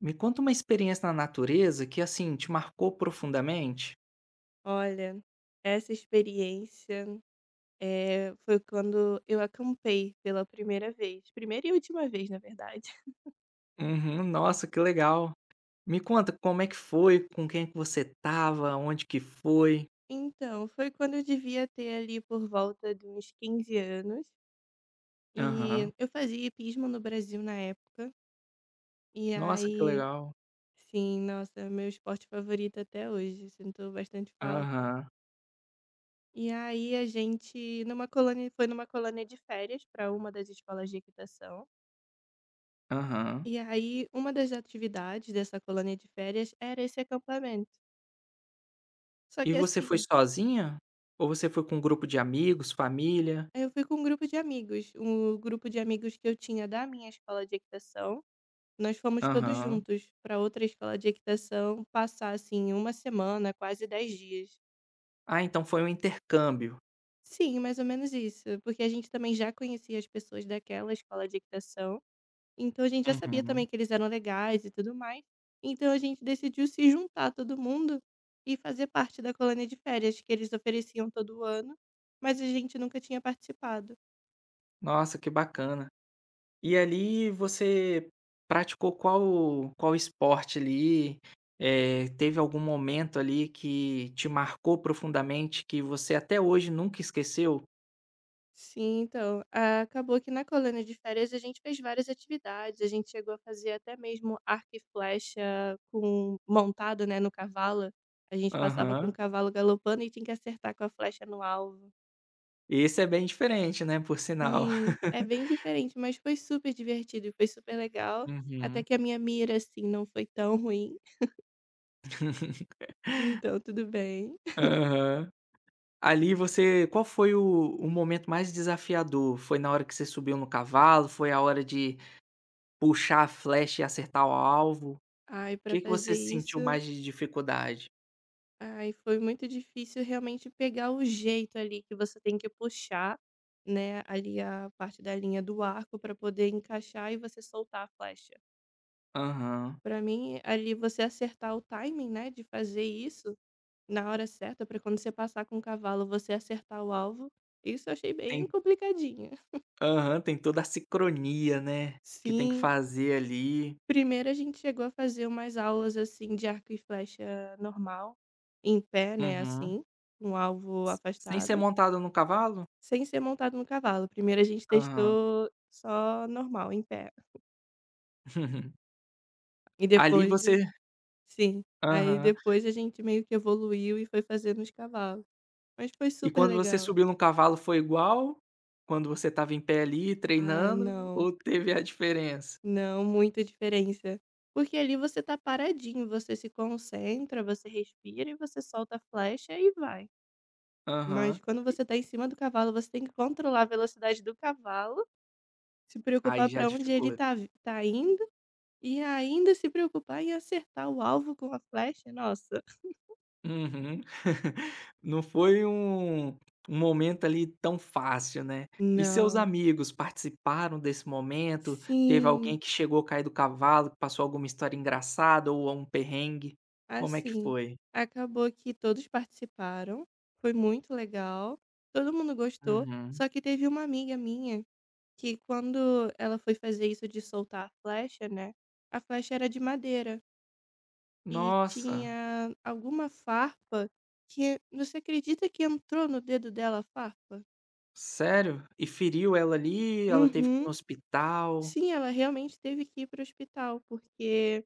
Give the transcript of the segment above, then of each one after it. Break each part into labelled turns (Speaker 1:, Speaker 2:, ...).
Speaker 1: Me conta uma experiência na natureza que, assim, te marcou profundamente?
Speaker 2: Olha, essa experiência, foi quando eu acampei pela primeira vez, primeira e última vez, na verdade.
Speaker 1: Uhum, nossa, que legal. Me conta como é que foi, com quem é que você tava, onde que foi?
Speaker 2: Então, foi quando eu devia ter ali por volta de uns 15 anos,
Speaker 1: Aham.
Speaker 2: e eu fazia hipismo no Brasil na época, e
Speaker 1: Nossa, que
Speaker 2: aí
Speaker 1: legal.
Speaker 2: sim, nossa, meu esporte favorito até hoje, sinto bastante falta.
Speaker 1: Aham,
Speaker 2: E aí a gente numa colônia foi numa colônia de férias para uma das escolas de equitação.
Speaker 1: aham.
Speaker 2: E aí, uma das atividades dessa colônia de férias era esse acampamento. Só
Speaker 1: E
Speaker 2: que
Speaker 1: você foi
Speaker 2: assim,
Speaker 1: sozinha? Ou você foi com um grupo de amigos, família?
Speaker 2: eu fui com um grupo de amigos, um grupo de amigos que eu tinha da minha escola de equitação. Nós fomos todos
Speaker 1: Aham.
Speaker 2: juntos para outra escola de equitação passar assim uma semana, quase 10 dias.
Speaker 1: Ah, então foi um intercâmbio.
Speaker 2: Sim, mais ou menos isso, porque a gente também já conhecia as pessoas daquela escola de equitação. Então a gente já sabia
Speaker 1: Uhum.
Speaker 2: também que eles eram legais e tudo mais. Então a gente decidiu se juntar todo mundo e fazer parte da colônia de férias que eles ofereciam todo ano, mas a gente nunca tinha participado.
Speaker 1: Nossa, que bacana. E ali você praticou qual esporte ali? Teve algum momento ali que te marcou profundamente, que você até hoje nunca esqueceu?
Speaker 2: Sim, então, acabou que na colônia de férias a gente fez várias atividades, a gente chegou a fazer até mesmo arco e flecha com montado, né, no cavalo. A gente passava com o
Speaker 1: Aham.
Speaker 2: cavalo galopando e tinha que acertar com a flecha no alvo.
Speaker 1: Esse é bem diferente, né, por sinal.
Speaker 2: Sim, é bem diferente, mas foi super divertido e foi super legal. Até
Speaker 1: Uhum.
Speaker 2: que a minha mira, assim, não foi tão ruim, então tudo bem.
Speaker 1: Aham. Ali você qual foi o momento mais desafiador? Foi na hora que você subiu no cavalo? Foi a hora de puxar a flecha e acertar o alvo? O
Speaker 2: Ai, pra
Speaker 1: que que você
Speaker 2: fazer isso,
Speaker 1: sentiu mais de dificuldade?
Speaker 2: ai, foi muito difícil realmente pegar o jeito ali que você tem que puxar, né, ali a parte da linha do arco pra poder encaixar e você soltar a flecha.
Speaker 1: Aham.
Speaker 2: Pra mim, ali você acertar o timing, né, de fazer isso na hora certa, pra quando você passar com o cavalo, você acertar o alvo, isso eu achei bem
Speaker 1: Tem
Speaker 2: complicadinho.
Speaker 1: Aham, tem toda a sincronia, né, que tem que
Speaker 2: Sim.
Speaker 1: fazer ali.
Speaker 2: Primeiro a gente chegou a fazer umas aulas, assim, de arco e flecha normal, em pé, né,
Speaker 1: Uhum.
Speaker 2: assim, um alvo
Speaker 1: S sem ser
Speaker 2: afastado,
Speaker 1: montado no cavalo?
Speaker 2: sem ser montado no cavalo. Primeiro a gente
Speaker 1: Aham.
Speaker 2: testou só normal, em pé. E
Speaker 1: Ali
Speaker 2: depois
Speaker 1: você
Speaker 2: sim. Aí
Speaker 1: Aham.
Speaker 2: depois a gente meio que evoluiu e foi fazendo os cavalos. Mas foi
Speaker 1: E
Speaker 2: super
Speaker 1: quando você
Speaker 2: legal.
Speaker 1: subiu no cavalo foi igual? Quando você estava em pé ali
Speaker 2: Ah,
Speaker 1: treinando
Speaker 2: não.
Speaker 1: ou teve a diferença?
Speaker 2: Não, muita diferença. Porque ali você tá paradinho, você se concentra, você respira e você solta a flecha e vai. Mas
Speaker 1: Aham.
Speaker 2: quando
Speaker 1: E
Speaker 2: você tá em cima do cavalo, você tem que controlar a velocidade do cavalo, se
Speaker 1: aí
Speaker 2: preocupar
Speaker 1: já
Speaker 2: para onde ele
Speaker 1: dificulta.
Speaker 2: tá indo, e ainda se preocupar em acertar o alvo com a flecha. Nossa,
Speaker 1: Uhum. Não foi um momento ali tão fácil, né. E seus
Speaker 2: não.
Speaker 1: amigos participaram desse momento? Teve
Speaker 2: Sim,
Speaker 1: alguém que chegou a cair do cavalo, que passou alguma história engraçada ou um perrengue? Como é que
Speaker 2: assim,
Speaker 1: foi?
Speaker 2: acabou que todos participaram, foi muito legal, todo mundo gostou,
Speaker 1: Uhum.
Speaker 2: só que teve uma amiga minha que quando ela foi fazer isso de soltar a flecha, né, a flecha era de madeira. E
Speaker 1: Nossa,
Speaker 2: tinha alguma farpa que você acredita que entrou no dedo dela a farpa?
Speaker 1: sério? E feriu ela ali, ela teve que ir
Speaker 2: Uhum.
Speaker 1: no hospital?
Speaker 2: Sim, ela realmente teve que ir para o hospital, porque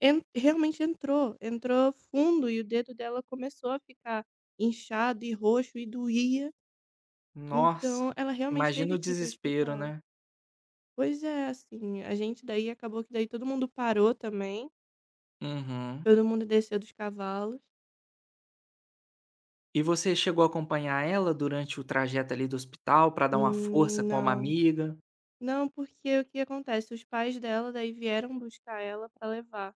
Speaker 2: en realmente entrou, entrou fundo e o dedo dela começou a ficar inchado e roxo e doía,
Speaker 1: Nossa,
Speaker 2: então ela realmente
Speaker 1: imagina
Speaker 2: teve
Speaker 1: o
Speaker 2: que ir para o
Speaker 1: desespero,
Speaker 2: hospital.
Speaker 1: né.
Speaker 2: Pois é, assim, a gente daí acabou que daí todo mundo parou também,
Speaker 1: Uhum.
Speaker 2: todo mundo desceu dos cavalos.
Speaker 1: E você chegou a acompanhar ela durante o trajeto ali do hospital para dar uma força como
Speaker 2: Não.
Speaker 1: amiga?
Speaker 2: Não, porque o que acontece, os pais dela daí vieram buscar ela pra levar,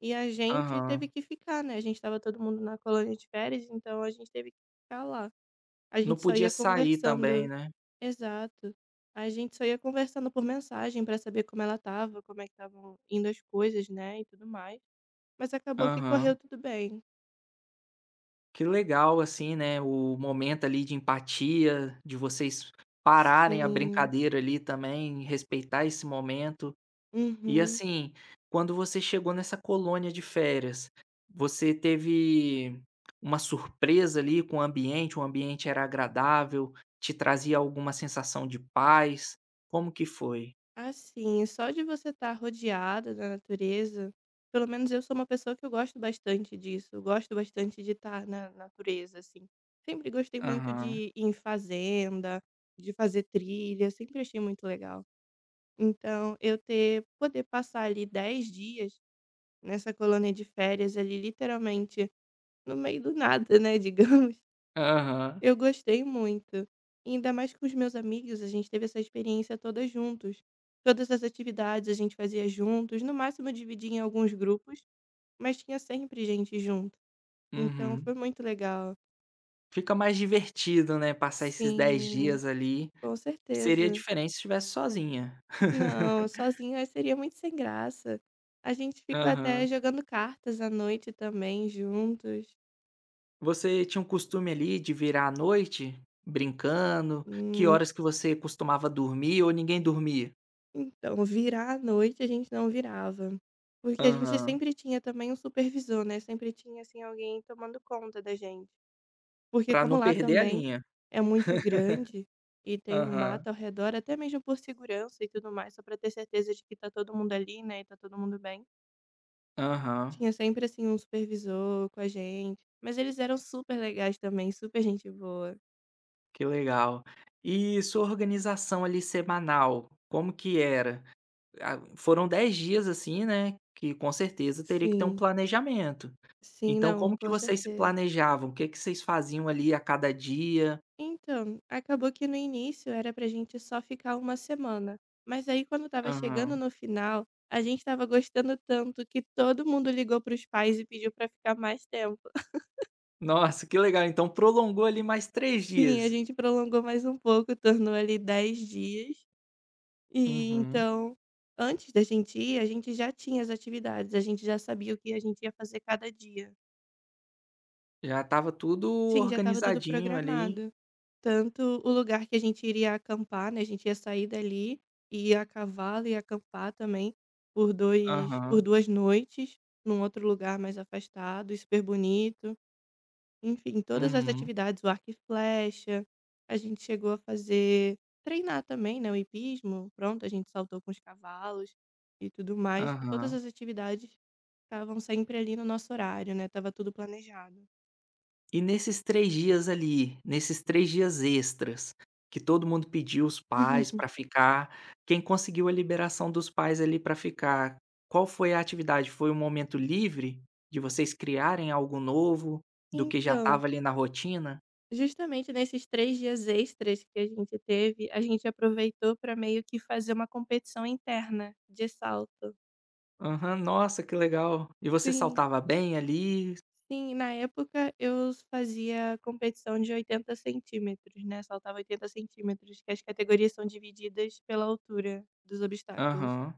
Speaker 2: e a gente teve
Speaker 1: Aham.
Speaker 2: que ficar, né, a gente estava todo mundo na colônia de férias, então a gente teve que ficar lá. A
Speaker 1: Não
Speaker 2: gente só
Speaker 1: podia
Speaker 2: ia
Speaker 1: sair também,
Speaker 2: conversando
Speaker 1: né.
Speaker 2: exato. A gente só ia conversando por mensagem pra saber como ela tava, como é que estavam indo as coisas, né, e tudo mais. Mas acabou que
Speaker 1: Aham.
Speaker 2: correu tudo bem.
Speaker 1: Que legal, assim, né, o momento ali de empatia, de vocês pararem a
Speaker 2: Sim.
Speaker 1: brincadeira ali também, respeitar esse momento. E
Speaker 2: Uhum.
Speaker 1: assim, quando você chegou nessa colônia de férias, você teve uma surpresa ali com o ambiente? O ambiente era agradável? Te trazia alguma sensação de paz? Como que foi?
Speaker 2: Assim, só de você estar rodeada da natureza, pelo menos eu sou uma pessoa que eu gosto bastante disso, eu gosto bastante de estar na natureza, assim. Sempre gostei muito
Speaker 1: Aham.
Speaker 2: de ir em fazenda, de fazer trilha, sempre achei muito legal. Então, eu ter, poder passar ali 10 dias nessa colônia de férias ali, literalmente, no meio do nada, né, digamos.
Speaker 1: Aham.
Speaker 2: Eu gostei muito. E ainda mais com os meus amigos, a gente teve essa experiência toda juntos. Todas as atividades a gente fazia juntos, no máximo dividia em alguns grupos, mas tinha sempre gente junto. Então foi
Speaker 1: Uhum.
Speaker 2: muito legal.
Speaker 1: Fica mais divertido, né, passar esses 10
Speaker 2: Sim,
Speaker 1: dias ali.
Speaker 2: com
Speaker 1: Seria
Speaker 2: certeza.
Speaker 1: diferente se estivesse sozinha.
Speaker 2: Não, sozinha seria muito sem graça. A gente ficou até
Speaker 1: Aham.
Speaker 2: jogando cartas à noite também juntos.
Speaker 1: Você tinha um costume ali de virar à noite brincando? Que
Speaker 2: Hum.
Speaker 1: horas que você costumava dormir ou ninguém dormia?
Speaker 2: Então, virar à noite a gente não virava, porque a gente
Speaker 1: Aham.
Speaker 2: sempre tinha também um supervisor, né, sempre tinha, assim, alguém tomando conta da gente. Porque
Speaker 1: Pra
Speaker 2: como
Speaker 1: não
Speaker 2: lá
Speaker 1: perder a
Speaker 2: também
Speaker 1: linha.
Speaker 2: é muito grande e tem um
Speaker 1: Aham.
Speaker 2: mato ao redor, até mesmo por segurança e tudo mais, só pra ter certeza de que tá todo mundo ali, né, e tá todo mundo bem,
Speaker 1: Aham.
Speaker 2: tinha sempre, assim, um supervisor com a gente, mas eles eram super legais também, super gente boa.
Speaker 1: Que legal. E sua organização ali semanal, como que era? Ah, foram 10 dias, assim, né, que com certeza teria que ter um
Speaker 2: Sim,
Speaker 1: planejamento.
Speaker 2: sim,
Speaker 1: Então
Speaker 2: não,
Speaker 1: como que
Speaker 2: com
Speaker 1: vocês se
Speaker 2: certeza.
Speaker 1: planejavam? O que que vocês faziam ali a cada dia?
Speaker 2: Então, acabou que no início era pra gente só ficar uma semana, mas aí quando estava chegando
Speaker 1: Aham.
Speaker 2: no final, a gente estava gostando tanto que todo mundo ligou para os pais e pediu pra ficar mais tempo.
Speaker 1: Nossa, que legal, então prolongou ali mais três
Speaker 2: Sim, a
Speaker 1: dias.
Speaker 2: gente prolongou mais um pouco, tornou ali 10 dias. E
Speaker 1: Uhum.
Speaker 2: então, antes da gente ir, a gente já tinha as atividades, a gente já sabia o que a gente ia fazer cada dia.
Speaker 1: Já estava tudo
Speaker 2: Sim, já estava tudo
Speaker 1: organizadinho ali.
Speaker 2: programado. Tanto o lugar que a gente iria acampar, né, a gente ia sair dali, ia a cavalo, e acampar também por
Speaker 1: Aham.
Speaker 2: 2 noites, num outro lugar mais afastado e super bonito. Enfim, todas as
Speaker 1: Uhum.
Speaker 2: atividades, o arco e flecha, a gente chegou a fazer treinar também, né, o hipismo, pronto, a gente saltou com os cavalos e tudo mais. Todas
Speaker 1: Aham.
Speaker 2: as atividades estavam sempre ali no nosso horário, né, tava tudo planejado.
Speaker 1: E nesses 3 dias ali, nesses 3 dias extras, que todo mundo pediu os pais para ficar, quem conseguiu a liberação dos pais ali para ficar, qual foi a atividade? Foi um momento livre de vocês criarem algo novo, do que já
Speaker 2: Então
Speaker 1: estava ali na rotina?
Speaker 2: justamente nesses 3 dias extras que a gente teve, a gente aproveitou para meio que fazer uma competição interna de salto.
Speaker 1: Aham, nossa que legal. E você
Speaker 2: Sim.
Speaker 1: saltava bem ali?
Speaker 2: Sim, na época eu fazia competição de 80 centímetros, né, saltava 80 centímetros, que as categorias são divididas pela altura dos obstáculos.
Speaker 1: Aham.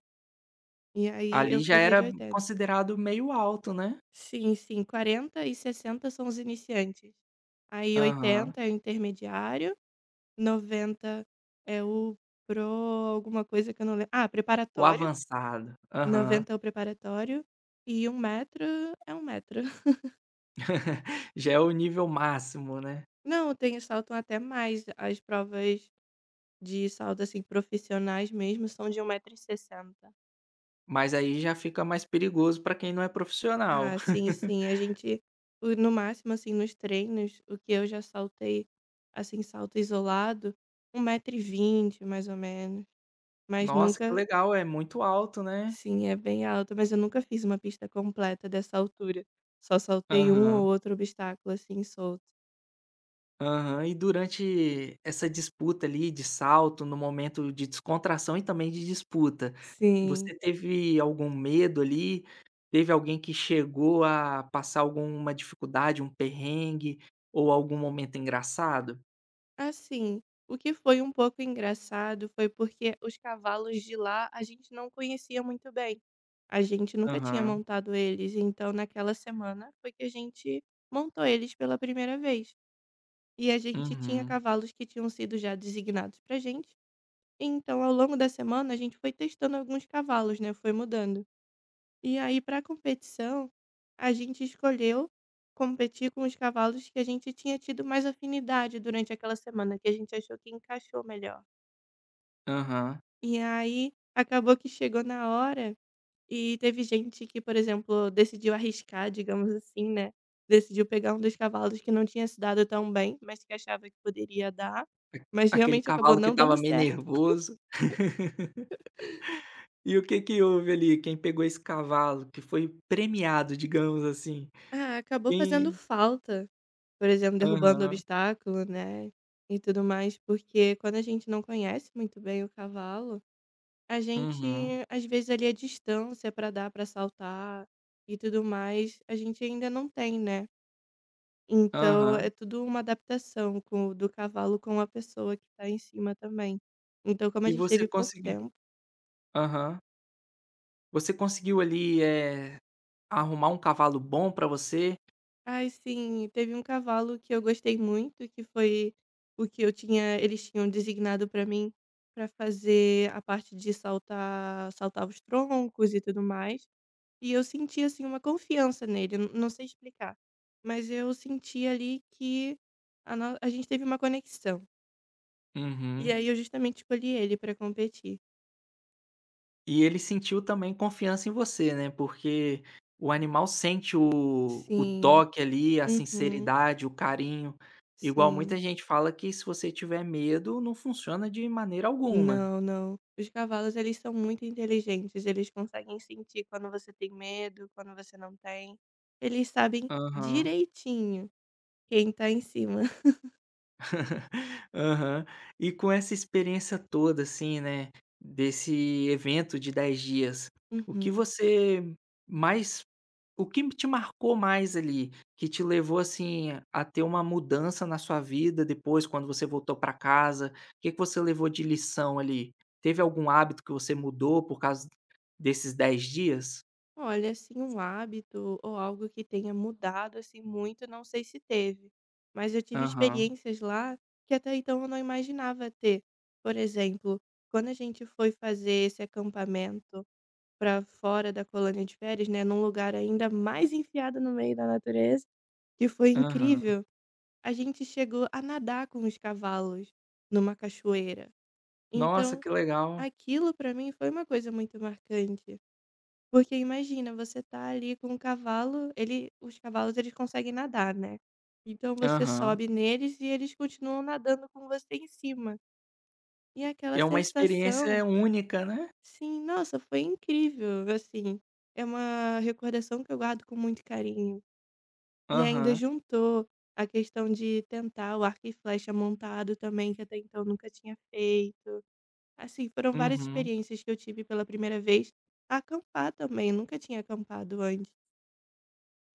Speaker 2: E aí eu
Speaker 1: Ali já
Speaker 2: fazia de
Speaker 1: era
Speaker 2: 80.
Speaker 1: considerado meio alto, né?
Speaker 2: Sim, sim, 40 e 60 são os iniciantes. Aí
Speaker 1: Aham.
Speaker 2: 80 é o intermediário, 90 é o pro alguma coisa que eu não lembro,
Speaker 1: O
Speaker 2: preparatório,
Speaker 1: avançado. Aham.
Speaker 2: 90 é o preparatório e um metro é um metro.
Speaker 1: Já é o nível máximo, né?
Speaker 2: Não, tem saltam até mais, as provas de salto, assim, profissionais mesmo são de um metro e 60.
Speaker 1: Mas aí já fica mais perigoso para quem não é profissional.
Speaker 2: Sim, sim, a gente o no máximo, assim, nos treinos, o que eu já saltei, assim, salto isolado, um metro e 20 mais ou menos, mas
Speaker 1: Nossa, que
Speaker 2: nunca.
Speaker 1: legal, é muito alto, né.
Speaker 2: Sim, é bem alta, mas eu nunca fiz uma pista completa dessa altura. Só saltei um ou
Speaker 1: Aham,
Speaker 2: outro obstáculo assim solto.
Speaker 1: aham. E durante essa disputa ali de salto, no momento de descontração e também de disputa,
Speaker 2: Sim.
Speaker 1: você teve algum medo ali? Teve alguém que chegou a passar alguma dificuldade, um perrengue ou algum momento engraçado?
Speaker 2: Assim, o que foi um pouco engraçado foi porque os cavalos de lá a gente não conhecia muito bem. A gente nunca tinha
Speaker 1: Aham,
Speaker 2: montado eles, então naquela semana foi que a gente montou eles pela primeira vez. E a gente tinha
Speaker 1: uhum,
Speaker 2: cavalos que tinham sido já designados pra gente. Então, ao longo da semana, a gente foi testando alguns cavalos, né? Foi mudando. E aí pra competição, a gente escolheu competir com os cavalos que a gente tinha tido mais afinidade durante aquela semana, que a gente achou que encaixou melhor.
Speaker 1: aham.
Speaker 2: E aí acabou que chegou na hora e teve gente que, por exemplo, decidiu arriscar, digamos assim, né, decidiu pegar um dos cavalos que não tinha se dado tão bem, mas que achava que poderia dar, mas
Speaker 1: Aquele
Speaker 2: realmente acabou
Speaker 1: cavalo que
Speaker 2: não dando
Speaker 1: estava meio
Speaker 2: certo.
Speaker 1: nervoso. E o que que houve ali? Quem pegou esse cavalo, que foi premiado, digamos assim,
Speaker 2: Ah, acabou fazendo
Speaker 1: quem
Speaker 2: falta. Por exemplo, derrubando
Speaker 1: aham,
Speaker 2: obstáculo, né, e tudo mais, porque quando a gente não conhece muito bem o cavalo, a gente,
Speaker 1: uhum,
Speaker 2: às vezes, ali a distância para dar para saltar e tudo mais, a gente ainda não tem, né. Então é
Speaker 1: aham.
Speaker 2: tudo uma adaptação com do cavalo com a pessoa que tá em cima também. Então como a
Speaker 1: E
Speaker 2: gente
Speaker 1: você
Speaker 2: teve pouco
Speaker 1: conseguiu
Speaker 2: tempo.
Speaker 1: Aham. Você conseguiu ali, arrumar um cavalo bom pra você?
Speaker 2: Ai, sim, teve um cavalo que eu gostei muito, que foi o que eu tinha eles tinham designado pra mim, pra fazer a parte de saltar os troncos e tudo mais, e eu senti, assim, uma confiança nele, eu não sei explicar, mas eu senti ali que a no a gente teve uma conexão, e
Speaker 1: Uhum.
Speaker 2: aí eu justamente escolhi ele pra competir.
Speaker 1: E ele sentiu também confiança em você, né, porque o animal sente o
Speaker 2: Sim.
Speaker 1: toque ali, a
Speaker 2: Uhum.
Speaker 1: sinceridade, o carinho, igual muita
Speaker 2: Sim.
Speaker 1: gente fala que se você tiver medo, não funciona de maneira alguma.
Speaker 2: Não, não. Os cavalos, eles são muito inteligentes, eles conseguem sentir quando você tem medo, quando você não tem. Eles sabem
Speaker 1: Aham.
Speaker 2: direitinho quem tá em cima.
Speaker 1: Aham. E com essa experiência toda, assim, né, desse evento de 10 dias, o que
Speaker 2: Uhum.
Speaker 1: você mais o que te marcou mais ali? Que te levou, assim, a ter uma mudança na sua vida depois, quando você voltou para casa? O que que você levou de lição ali? Teve algum hábito que você mudou por causa desses 10 dias?
Speaker 2: Olha, assim, um hábito ou algo que tenha mudado, assim, muito, não sei se teve. Mas eu tive
Speaker 1: Aham,
Speaker 2: experiências lá que até então eu não imaginava ter. Por exemplo, quando a gente foi fazer esse acampamento para fora da colônia de férias, né, num lugar ainda mais enfiado no meio da natureza, que foi
Speaker 1: aham.
Speaker 2: incrível. A gente chegou a nadar com os cavalos numa cachoeira.
Speaker 1: Nossa,
Speaker 2: Então,
Speaker 1: que legal.
Speaker 2: aquilo pra mim foi uma coisa muito marcante. Porque imagina, você tá ali com um cavalo, ele, os cavalos eles conseguem nadar, né? Então você
Speaker 1: Aham.
Speaker 2: sobe neles e eles continuam nadando com você em cima. E aquela
Speaker 1: É uma
Speaker 2: sensação,
Speaker 1: experiência única, né?
Speaker 2: sim, nossa, foi incrível, assim. É uma recordação que eu guardo com muito carinho. E ainda
Speaker 1: Aham.
Speaker 2: juntou a questão de tentar o arco e flecha montado também, que até então nunca tinha feito. Assim, foram várias
Speaker 1: Uhum.
Speaker 2: experiências que eu tive pela primeira vez. Acampar também, nunca tinha acampado antes.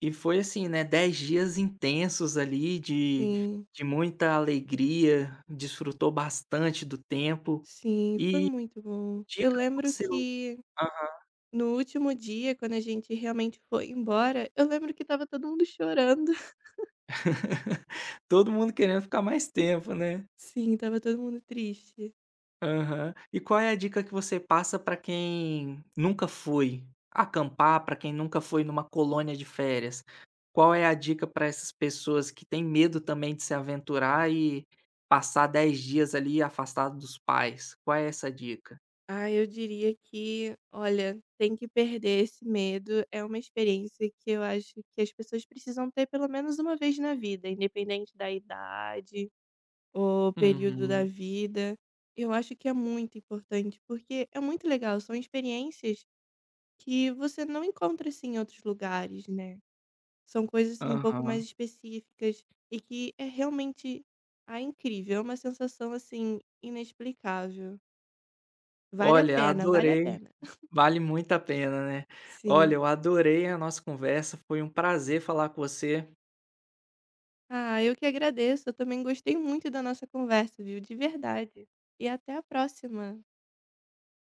Speaker 1: E foi assim, né, 10 dias intensos ali de
Speaker 2: Sim,
Speaker 1: de muita alegria, desfrutou bastante do tempo
Speaker 2: sim, foi
Speaker 1: e
Speaker 2: muito bom. Eu
Speaker 1: dica
Speaker 2: lembro
Speaker 1: você
Speaker 2: que
Speaker 1: hã,
Speaker 2: no último dia, quando a gente realmente foi embora, eu lembro que estava todo mundo chorando.
Speaker 1: Todo mundo querendo ficar mais tempo, né.
Speaker 2: Sim, estava todo mundo triste.
Speaker 1: Aham. E qual é a dica que você passa para quem nunca foi acampar, para quem nunca foi numa colônia de férias? Qual é a dica para essas pessoas que têm medo também de se aventurar e passar 10 dias ali afastado dos pais? Qual é essa dica?
Speaker 2: Ah, eu diria que, olha, tem que perder esse medo. É uma experiência que eu acho que as pessoas precisam ter pelo menos uma vez na vida, independente da idade ou período da
Speaker 1: Uhum,
Speaker 2: vida. Eu acho que é muito importante, porque é muito legal. São experiências que você não encontra assim em outros lugares, né? São coisas assim um pouco
Speaker 1: aham.
Speaker 2: mais específicas e que é realmente incrível. É uma sensação assim inexplicável. Vale a
Speaker 1: Olha,
Speaker 2: pena, vale a
Speaker 1: adorei,
Speaker 2: pena.
Speaker 1: vale muito a pena, né. Olha,
Speaker 2: Sim.
Speaker 1: eu adorei a nossa conversa, foi um prazer falar com você.
Speaker 2: Ah, eu que agradeço. Eu também gostei muito da nossa conversa, viu? De verdade. E até a próxima.